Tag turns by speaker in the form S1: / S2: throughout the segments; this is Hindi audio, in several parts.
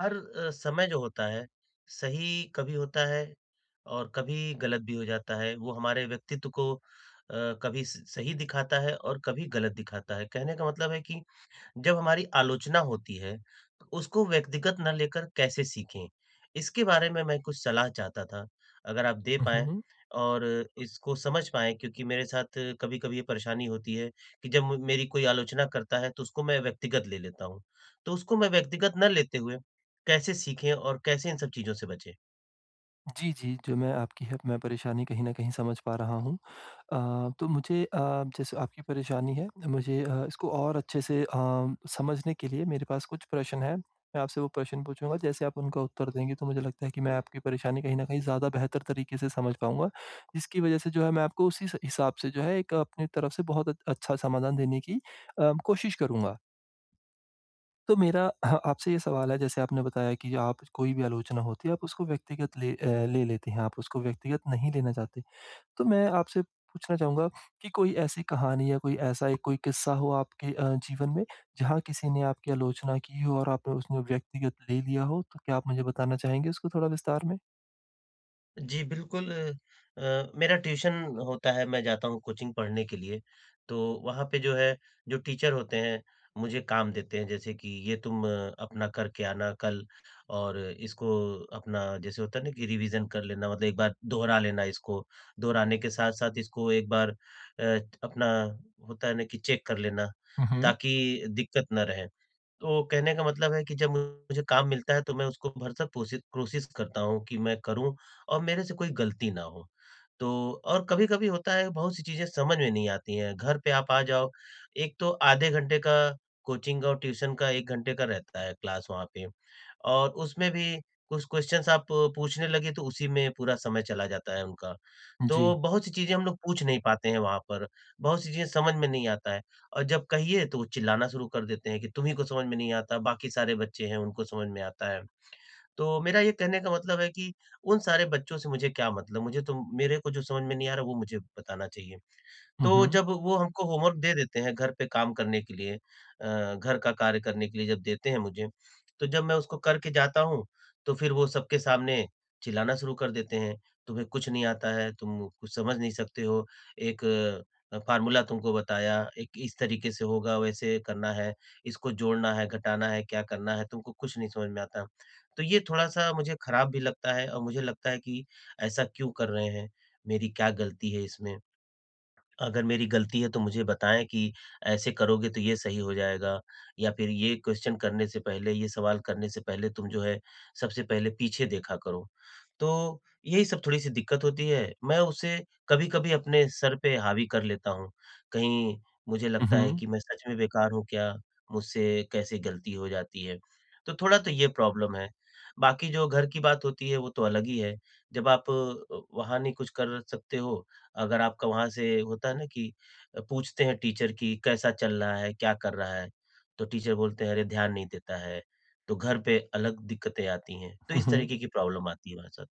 S1: हर समय जो होता है, सही कभी होता है और कभी गलत भी हो जाता है। वो हमारे व्यक्तित्व को अ, कभी स सही दिखाता है और कभी गलत दिखाता है। कहने का मतलब है कि जब हमारी आलोचना होती है, तो उसको व्यक्तिगत ना लेकर कैसे सीखें? इसके बारे में मैं कुछ सलाह चाहता था, अगर आप दे पाएँ
S2: उहुँ।
S1: और इसको समझ पाएँ, क्योंकि मेरे साथ कभी-कभी ये परेशानी होती है कि जब म मेरी कोई आलोचना करता है, तो उसको मैं व्यक्तिगत ले लेता हूँ। तो उसको मैं व्यक्तिगत ना लेते हुए, कैसे सीखें और कैसे इन सब चीज़ों से बचें?
S2: जी, जी, जो मैं आपकी है मैं परेशानी कहीं न कहीं समझ पा रहा हूँ। अ, तो मुझे जैसे आपकी परेशानी है मुझे इसको और अच्छे से समझने के लिए मेरे पास कुछ प्रश्न हैं। मैं आपसे वो प्रश्न पूछूँगा, जैसे आप उनका उत्तर देंगे तो मुझे लगता है कि मैं आपकी परेशानी कहीं न कहीं ज़्यादा बेहतर तरीके से समझ पाऊँगा। जिसकी वजह से जो है मैं आपको उसी स हिसाब से जो है एक अपनी तरफ से बहुत अच्छा समाधान देने की कोशिश करूँगा। तो मेरा हाँ, आपसे ये सवाल है जैसे आपने बताया कि आप कोई भी आलोचना होती है आप उसको व्यक्तिगत ले लेते हैं, आप उसको व्यक्तिगत नहीं लेना चाहते। तो मैं आपसे पूछना चाहूँगा कि कोई ऐसी कहानी या कोई ऐसा एक कोई किस्सा हो आपके जीवन में जहाँ किसी ने आपकी आलोचना की हो और आपने उसने व्यक्तिगत ले लिया हो? तो क्या आप मुझे बताना चाहेंगे उसको थोड़ा विस्तार में?
S1: जी, बिल्कुल। मेरा ट्यूशन होता है, मैं जाता हूँ कोचिंग पढ़ने के लिए, तो वहाँ पे जो है, जो टीचर होते हैं, मुझे काम देते हैं, जैसे कि ये तुम अपना करके आना कल और इसको अपना जैसे होता है ना कि रिवीज़न कर लेना, मतलब एक बार दोहरा लेना इसको, दोहराने के साथ-साथ इसको एक बार अपना होता है ना कि चेक कर लेना,
S2: हुँ, हुँ।
S1: ताकि दिक्कत ना रहे। तो कहने का मतलब है कि जब मुझे काम मिलता है, तो मैं उसको भरसक कोशिश करता हूँ कि मैं करूँ और मेरे से कोई गलती ना हो। तो और कभी-कभी होता है बहुत सी चीज़ें समझ में नहीं आती हैं, घर पे आप आ जाओ, एक तो आधे घंटे का कोचिंग और ट्यूशन का 1 घंटे का रहता है क्लास वहाँ पे और उसमें भी कुछ क्वेश्चन्स आप पूछने लगे तो उसी में पूरा समय चला जाता है उनका। तो
S2: जी।
S1: बहुत सी चीज़ें हम लोग पूछ नहीं पाते हैं वहाँ पर, बहुत सी चीज़ें समझ में नहीं आता है और जब कहिए तो वो चिल्लाना शुरू कर देते हैं कि तुम्हीं को समझ में नहीं आता, बाकी सारे बच्चे हैं उनको समझ में आता है। तो मेरा ये कहने का मतलब है कि उन सारे बच्चों से मुझे क्या मतलब? मुझे तो मेरे को जो समझ में नहीं आ रहा, वो मुझे बताना चाहिए।
S2: हुँ,
S1: तो
S2: हुँ।
S1: जब वो हमको होमवर्क दे देते हैं घर पे काम करने के लिए, घर का कार्य करने के लिए जब देते हैं मुझे, तो जब मैं उसको करके जाता हूँ, तो फिर वो सबके सामने चिल्लाना शुरू कर देते हैं, "तुम्हें कुछ नहीं आता है, तुम कुछ समझ नहीं सकते हो, एक फ़ॉर्मूला तुमको बताया, एक इस तरीके से होगा, वैसे करना है, इसको जोड़ना है, घटाना है, क्या करना है, तुमको कुछ नहीं समझ में आता।" तो ये थोड़ा-सा मुझे खराब भी लगता है और मुझे लगता है कि ऐसा क्यों कर रहे हैं? मेरी क्या गलती है इसमें? अगर मेरी गलती है तो मुझे बताएँ कि ऐसे करोगे तो ये सही हो जाएगा या फिर ये क्वेश्चन करने से पहले, ये सवाल करने से पहले तुम जो है सबसे पहले पीछे देखा करो। तो यही सब थोड़ी-सी दिक्कत होती है। मैं उसे कभी-कभी अपने सर पे हावी कर लेता हूँ। कहीं मुझे
S2: हुँ,
S1: लगता है
S2: हुँ।
S1: कि मैं सच में बेकार हूँ क्या? मुझसे कैसे गलती हो जाती है? तो थोड़ा तो ये प्रॉब्लम है। बाकी जो घर की बात होती है वो तो अलग ही है। जब आप वहाँ नहीं कुछ कर सकते हो, अगर आपका वहाँ से होता है ना कि पूछते हैं टीचर कि कैसा चल रहा है, क्या कर रहा है? तो टीचर बोलते हैं, "अरे! ध्यान नहीं देता है।" तो घर पे अलग दिक्कतें आती हैं। तो
S2: हुँ,
S1: इस
S2: हुँ।
S1: तरीके की प्रॉब्लम आती है हमारे साथ।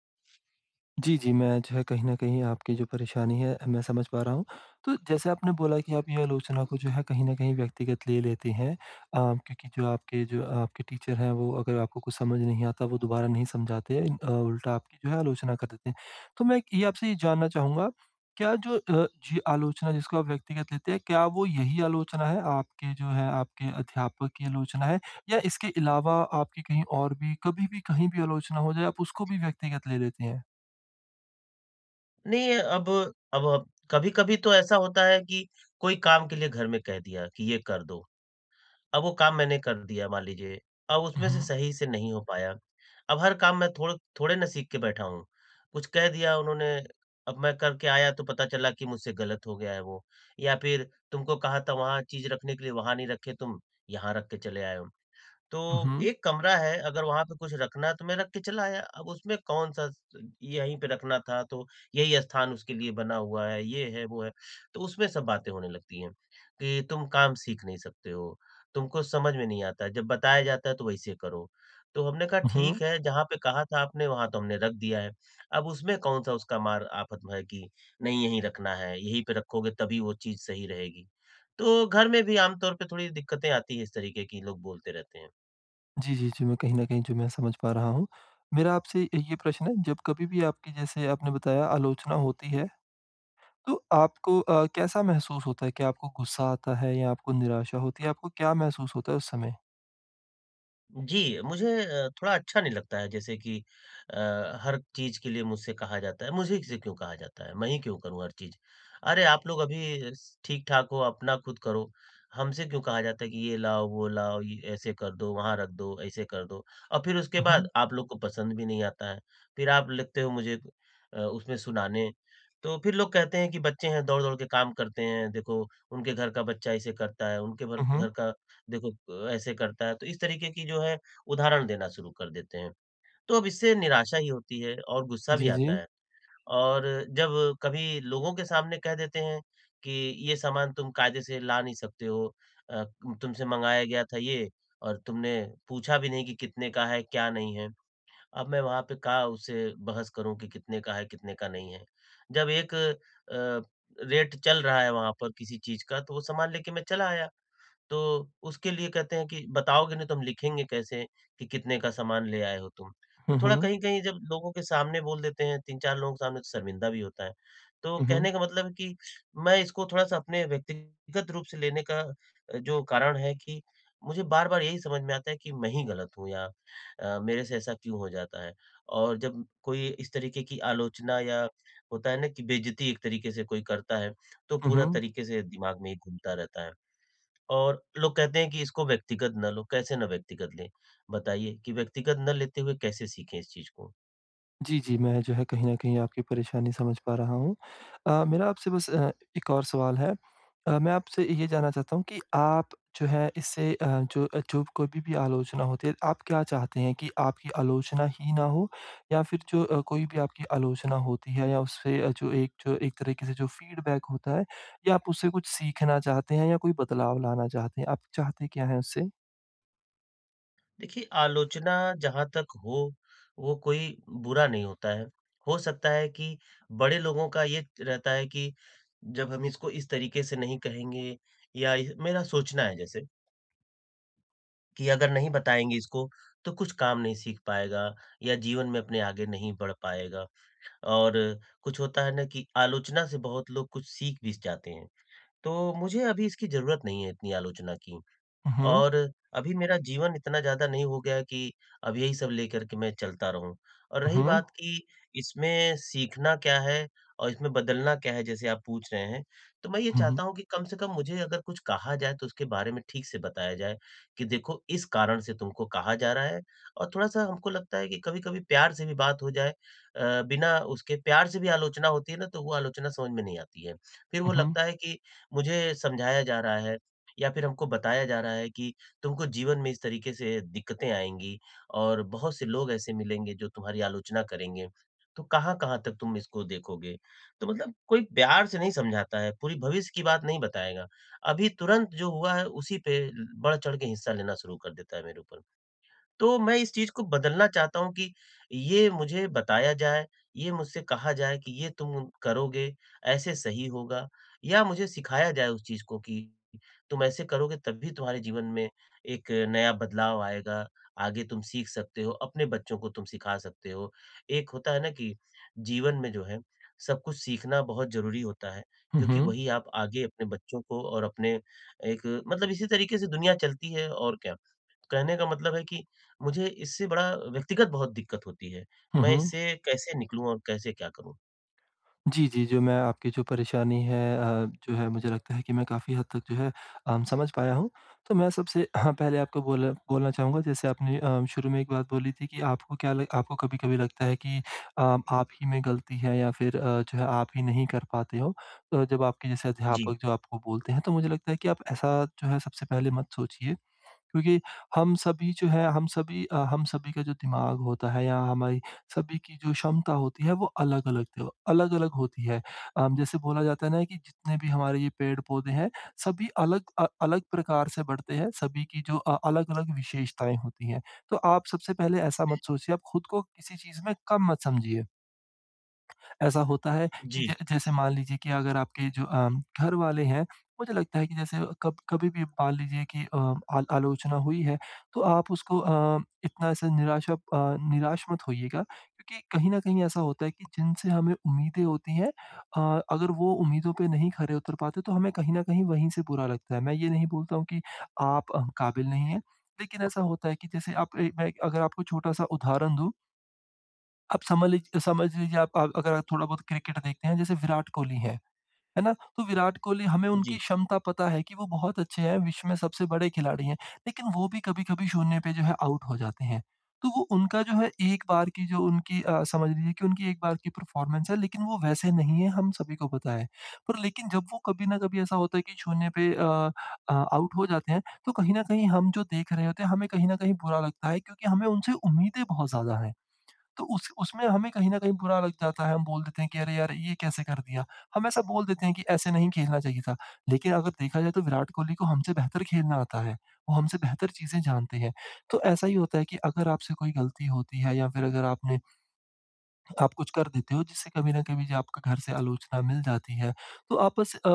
S2: जी, जी, मैं जो है कहीं न कहीं आपकी जो परेशानी है मैं समझ पा रहा हूँ। तो जैसे आपने बोला कि आप ये आलोचना को जो है कहीं न कहीं व्यक्तिगत ले लेती हैं, क्योंकि जो आपके टीचर हैं वो अगर आपको कुछ समझ नहीं आता वो दोबारा नहीं समझाते उल्टा आपकी जो है आलोचना कर देते हैं। तो मैं ये आपसे ये जानना चाहूँगा क्या जो जी आलोचना जिसको आप व्यक्तिगत लेते हैं क्या वो यही आलोचना है आपके अध्यापक की आलोचना है? या इसके अलावा आपकी कहीं और भी कभी भी कहीं भी आलोचना हो जाए आप उसको भी व्यक्तिगत ले लेती हैं?
S1: नहीं, अब अब कभी-कभी तो ऐसा होता है कि कोई काम के लिए घर में कह दिया कि ये कर दो। अब वो काम मैंने कर दिया मान लीजिए, अब उसमें से
S2: हुँ,
S1: सही से नहीं हो पाया। अब हर काम मैं थोड़े ना सीख के बैठा हूँ। कुछ कह दिया उन्होंने, अब मैं करके आया तो पता चला कि मुझसे गलत हो गया है वो, या फिर तुमको कहा था वहाँ चीज़ रखने के लिए, वहाँ नहीं रखे तुम, यहाँ रख के चले आए हो। तो
S2: हुँ,
S1: एक कमरा है, अगर वहाँ पे कुछ रखना है तो मैं रख के चला आया। अब उसमें कौन-सा स यहीं पे रखना था तो यही स्थान उसके लिए बना हुआ है, ये है, वो है। तो उसमें सब बातें होने लगती हैं कि तुम काम सीख नहीं सकते हो, तुमको समझ में नहीं आता, जब बताया जाता है तो वैसे करो। तो हमने कहा
S2: हुँ।
S1: ठीक है, जहाँ पे कहा था आपने वहाँ तो हमने रख दिया है। अब उसमें कौन-सा उसका मार आफ़त है कि नहीं यहीं रखना है, यहीं पे रखोगे तभी वो चीज़ सही रहेगी। तो घर में भी आम तौर पे थोड़ी दिक्कतें आती हैं इस तरीके की, लोग बोलते रहते हैं।
S2: जी, जी, जी, मैं कहीं न कहीं जो मैं समझ पा रहा हूँ। मेरा आपसे ये प्रश्न है जब कभी भी आपकी जैसे आपने बताया आलोचना होती है, तो आपको कैसा महसूस होता है? क्या आपको गुस्सा आता है या आपको निराशा होती है? आपको क्या महसूस होता है उस समय?
S1: जी, मुझे थोड़ा अच्छा नहीं लगता है, जैसे कि अ, हर चीज़ के लिए मुझसे कहा जाता है, मुझे से क्यों कहा जाता है? मैं ही क्यों करूँ हर चीज़? अरे, आप लोग अभी स ठीक-ठाक हो, अपना खुद करो। हमसे क्यों कहा जाता है कि ये लाओ, वो लाओ, ये ऐसे कर दो, वहाँ रख दो, ऐसे कर दो और फिर उसके
S2: हुँ,
S1: बाद
S2: हुँ,
S1: आप लोग को पसंद भी नहीं आता है। फिर आप लिखते हो मुझे उसमें सुनाने, तो फिर लोग कहते हैं कि बच्चे हैं, दौड़-दौड़ के काम करते हैं, देखो उनके घर का बच्चा ऐसे करता है, उनके भर
S2: हुँ, हुँ।
S1: घर का देखो ऐसे करता है, तो इस तरीके की जो है उदाहरण देना शुरू कर देते हैं। तो अब इससे निराशा ही होती है और गुस्सा भी
S2: जी, जी।
S1: आता है और जब कभी लोगों के सामने कह देते हैं कि ये सामान तुम कायदे से ला नहीं सकते हो, अ, तुमसे मँगाया गया था ये और तुमने पूछा भी नहीं कि कितने का है, क्या नहीं है। अब मैं वहाँ पे का उससे बहस करूँ कि कितने का है, कितने का नहीं है। जब एक रेट चल रहा है वहाँ पर किसी चीज़ का तो वो सामान लेके मैं चला आया। तो उसके लिए कहते हैं कि बताओगे नहीं तो हम लिखेंगे कैसे कि कितने का सामान ले आए हो तुम? तो
S2: हुँ,
S1: थोड़ा
S2: हुँ,
S1: कहीं-कहीं जब लोगों के सामने बोल देते हैं 3-4 लोगों के सामने तो शर्मिंदा भी होता है। तो
S2: हुँ, हुँ,
S1: कहने का मतलब है कि मैं इसको थोड़ा-सा अपने व्यक्तिगत रूप से लेने का जो कारण है कि मुझे बार-बार यही समझ में आता है कि मैं ही गलत हूँ, या मेरे से ऐसा क्यों हो जाता है? और जब कोई इस तरीके की आलोचना या होता है ना कि बेइज़्ज़ती एक तरीके से कोई करता है, तो
S2: हुँ,
S1: पूरा
S2: हुँ।
S1: तरीके से दिमाग में ही घूमता रहता है। और लोग कहते हैं कि इसको व्यक्तिगत न लो, कैसे ना व्यक्तिगत लें? बताइए कि व्यक्तिगत न लेते हुए कैसे सीखें इस चीज़ को?
S2: जी, जी, मैं जो है कहीं न कहीं आपकी परेशानी समझ पा रहा हूँ। मेरा आपसे बस एक और सवाल है। मैं आपसे ये जानना चाहता हूँ कि आप जो है इससे जो कभी भी आलोचना होती है, आप क्या चाहते हैं कि आपकी आलोचना ही ना हो या फिर जो कोई भी आपकी आलोचना होती है या उससे जो एक तरीके से जो फीडबैक होता है या आप उससे कुछ सीखना चाहते हैं या कोई बदलाव लाना चाहते हैं? आप चाहते क्या हैं उससे?
S1: देखिए, आलोचना जहाँ तक हो, वो कोई बुरा नहीं होता है। हो सकता है कि बड़े लोगों का ये रहता है कि जब हम इसको इस तरीके से नहीं कहेंगे, या इ मेरा सोचना है, जैसे कि अगर नहीं बताएँगे इसको तो कुछ काम नहीं सीख पाएगा या जीवन में अपने आगे नहीं बढ़ पाएगा, और कुछ होता है ना कि आलोचना से बहुत लोग कुछ सीख भी जाते हैं। तो मुझे अभी इसकी ज़रूरत नहीं है इतनी आलोचना की।
S2: हुँ, हुँ।
S1: और अभी मेरा जीवन इतना ज़्यादा नहीं हो गया है कि अब यही सब लेकर के मैं चलता रहूँ। और रही
S2: हुँ, हुँ।
S1: बात कि इसमें सीखना क्या है और इसमें बदलना क्या है, जैसे आप पूछ रहे हैं, तो मैं ये
S2: हुँ, हुँ।
S1: चाहता हूँ कि कम से कम मुझे अगर कुछ कहा जाए तो उसके बारे में ठीक से बताया जाए कि देखो इस कारण से तुमको कहा जा रहा है, और थोड़ा-सा हमको लगता है कि कभी-कभी प्यार से भी बात हो जाए। बिना उसके प्यार से भी आलोचना होती है ना, तो वो आलोचना समझ में नहीं आती है। फिर वो
S2: हुँ, हुँ।
S1: लगता है कि मुझे समझाया जा रहा है या फिर हमको बताया जा रहा है कि तुमको जीवन में इस तरीके से दिक्कतें आएँगी और बहुत से लोग ऐसे मिलेंगे जो तुम्हारी आलोचना करेंगे। तो कहाँ-कहाँ तक तुम इसको देखोगे? तो मतलब कोई प्यार से नहीं समझाता है, पूरी भविष्य की बात नहीं बताएगा। अभी तुरंत जो हुआ है उसी पे बढ़-चढ़ के हिस्सा लेना शुरू कर देता है मेरे ऊपर। तो मैं इस चीज़ को बदलना चाहता हूँ कि ये मुझे बताया जाए, ये मुझसे कहा जाए कि ये तुम करोगे, ऐसे सही होगा, या मुझे सिखाया जाए उस चीज़ को कि तुम ऐसे करोगे तभी तुम्हारे जीवन में एक नया बदलाव आएगा, आगे तुम सीख सकते हो, अपने बच्चों को तुम सिखा सकते हो। एक होता है ना कि जीवन में जो है, सब कुछ सीखना बहुत ज़रूरी होता है,
S2: हुँ,
S1: क्योंकि
S2: हुँ।
S1: वही आप आगे अपने बच्चों को और अपने, एक मतलब इसी तरीके से दुनिया चलती है और क्या। कहने का मतलब है कि मुझे इससे बड़ा व्यक्तिगत बहुत दिक्कत होती है।
S2: हुँ,
S1: मैं
S2: हुँ।
S1: इससे कैसे निकलूँ और कैसे क्या करूँ?
S2: जी, जी, जो मैं आपकी जो परेशानी है जो है मुझे लगता है कि मैं काफ़ी हद तक जो है समझ पाया हूँ। तो मैं सबसे हाँ, पहले आपको बोला बोलना चाहूँगा जैसे आपने शुरू में एक बात बोली थी कि आपको क्या लग आपको कभी-कभी लगता है कि आप ही में गलती है या फिर जो है आप ही नहीं कर पाते हो। तो जब आपके जैसे
S1: जी,
S2: अध्यापक जो आपको बोलते हैं, तो मुझे लगता है कि आप ऐसा जो है सबसे पहले मत सोचिए। क्योंकि हम सभी हम सभी का जो दिमाग होता है या हमारी सभी की जो क्षमता होती है वो अलग-अलग होती है। जैसे बोला जाता है ना कि जितने भी हमारे ये पेड़-पौधे हैं सभी अलग प्रकार से बढ़ते हैं, सभी की जो अलग-अलग विशेषताएँ होती हैं। तो आप सबसे पहले ऐसा मत सोचिए, आप खुद को किसी चीज़ में कम मत समझिए। ऐसा होता है कि
S1: जी,
S2: ज जैसे मान लीजिए कि अगर आपके जो घर वाले हैं, मुझे लगता है कि जैसे कब कभी भी मान लीजिए कि अ, आल आलोचना हुई है, तो आप उसको इतना ऐसे निराश मत होइएगा क्योंकि कहीं न कहीं ऐसा होता है कि जिनसे हमें उम्मीदें होती हैं, अगर वो उम्मीदों पे नहीं खरे उतर पाते, तो हमें कहीं न कहीं वहीं से बुरा लगता है। मैं ये नहीं बोलता हूँ कि आप काबिल नहीं हैं, लेकिन ऐसा होता है कि जैसे आप ए मैं अगर आपको छोटा-सा उदाहरण दूँ, आप समझ लीजिए आप अगर आप थोड़ा बहुत क्रिकेट देखते हैं, जैसे विराट कोहली हैं, है ना? तो विराट कोहली, हमें
S1: जी,
S2: उनकी क्षमता पता है कि वो बहुत अच्छे हैं, विश्व में सबसे बड़े खिलाड़ी हैं, लेकिन वो भी कभी-कभी शून्य पे जो है आउट हो जाते हैं। तो वो उनका जो है एक बार की जो उनकी समझ लीजिए कि उनकी एक बार की परफॉर्मेंस है, लेकिन वो वैसे नहीं है, हम सभी को पता है। पर लेकिन जब वो कभी ना कभी ऐसा होता है कि शून्य पे आउट हो जाते हैं, तो कहीं न कहीं हम जो देख रहे होते हैं, हमें कहीं न कहीं बुरा लगता है क्योंकि हमें उनसे उम्मीदें बहुत ज़्यादा हैं। तो उस उसमें हमें कहीं न कहीं बुरा लग जाता है, हम बोल देते हैं कि अरे यार ये कैसे कर दिया? हम ऐसा बोल देते हैं कि ऐसे नहीं खेलना चाहिए था। लेकिन अगर देखा जाए तो विराट कोहली को हमसे बेहतर खेलना आता है, वो हमसे बेहतर चीज़ें जानते हैं। तो ऐसा ही होता है कि अगर आपसे कोई गलती होती है या फिर अगर आपने आप कुछ कर देते हो जिससे कभी न कभी जो आपका घर से आलोचना मिल जाती है। तो आप बस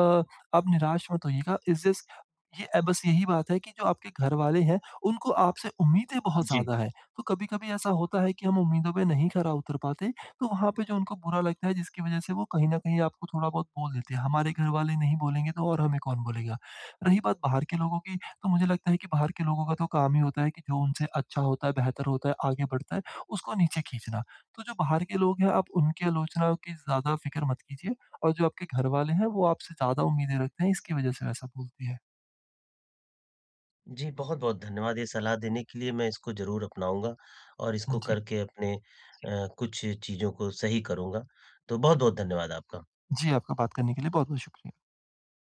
S2: आप निराश मत होइएगा। इट्स जस्ट ये बस यही बात है कि जो आपके घरवाले हैं उनको आपसे उम्मीदें बहुत
S1: जी।
S2: ज़्यादा हैं। तो कभी-कभी ऐसा होता है कि हम उम्मीदों पे नहीं खरा उतर पाते, तो वहाँ पे जो उनको बुरा लगता है जिसकी वज़ह से वो कहीं न कहीं आपको थोड़ा बहुत बोल देते हैं। हमारे घरवाले नहीं बोलेंगे तो और हमें कौन बोलेगा? रही बात बाहर के लोगों की, तो मुझे लगता है कि बाहर के लोगों का तो काम ही होता है कि जो उनसे अच्छा होता है, बेहतर होता है, आगे बढ़ता है, उसको नीचे खींचना। तो जो बाहर के लोग हैं, आप उनकी आलोचना की ज़्यादा फ़िक्र मत कीजिए और जो आपके घर वाले हैं, वो आपसे ज़्यादा उम्मीदें रखते हैं, इसकी वजह से वैसा बोलती है।
S1: जी, बहुत-बहुत धन्यवाद ये सलाह देने के लिए, मैं इसको ज़रूर अपनाऊँगा और इसको
S2: जी।
S1: करके अपने कुछ चीज़ों को सही करूँगा। तो बहुत-बहुत धन्यवाद आपका।
S2: जी, आपका बात करने के लिए बहुत-बहुत शुक्रिया।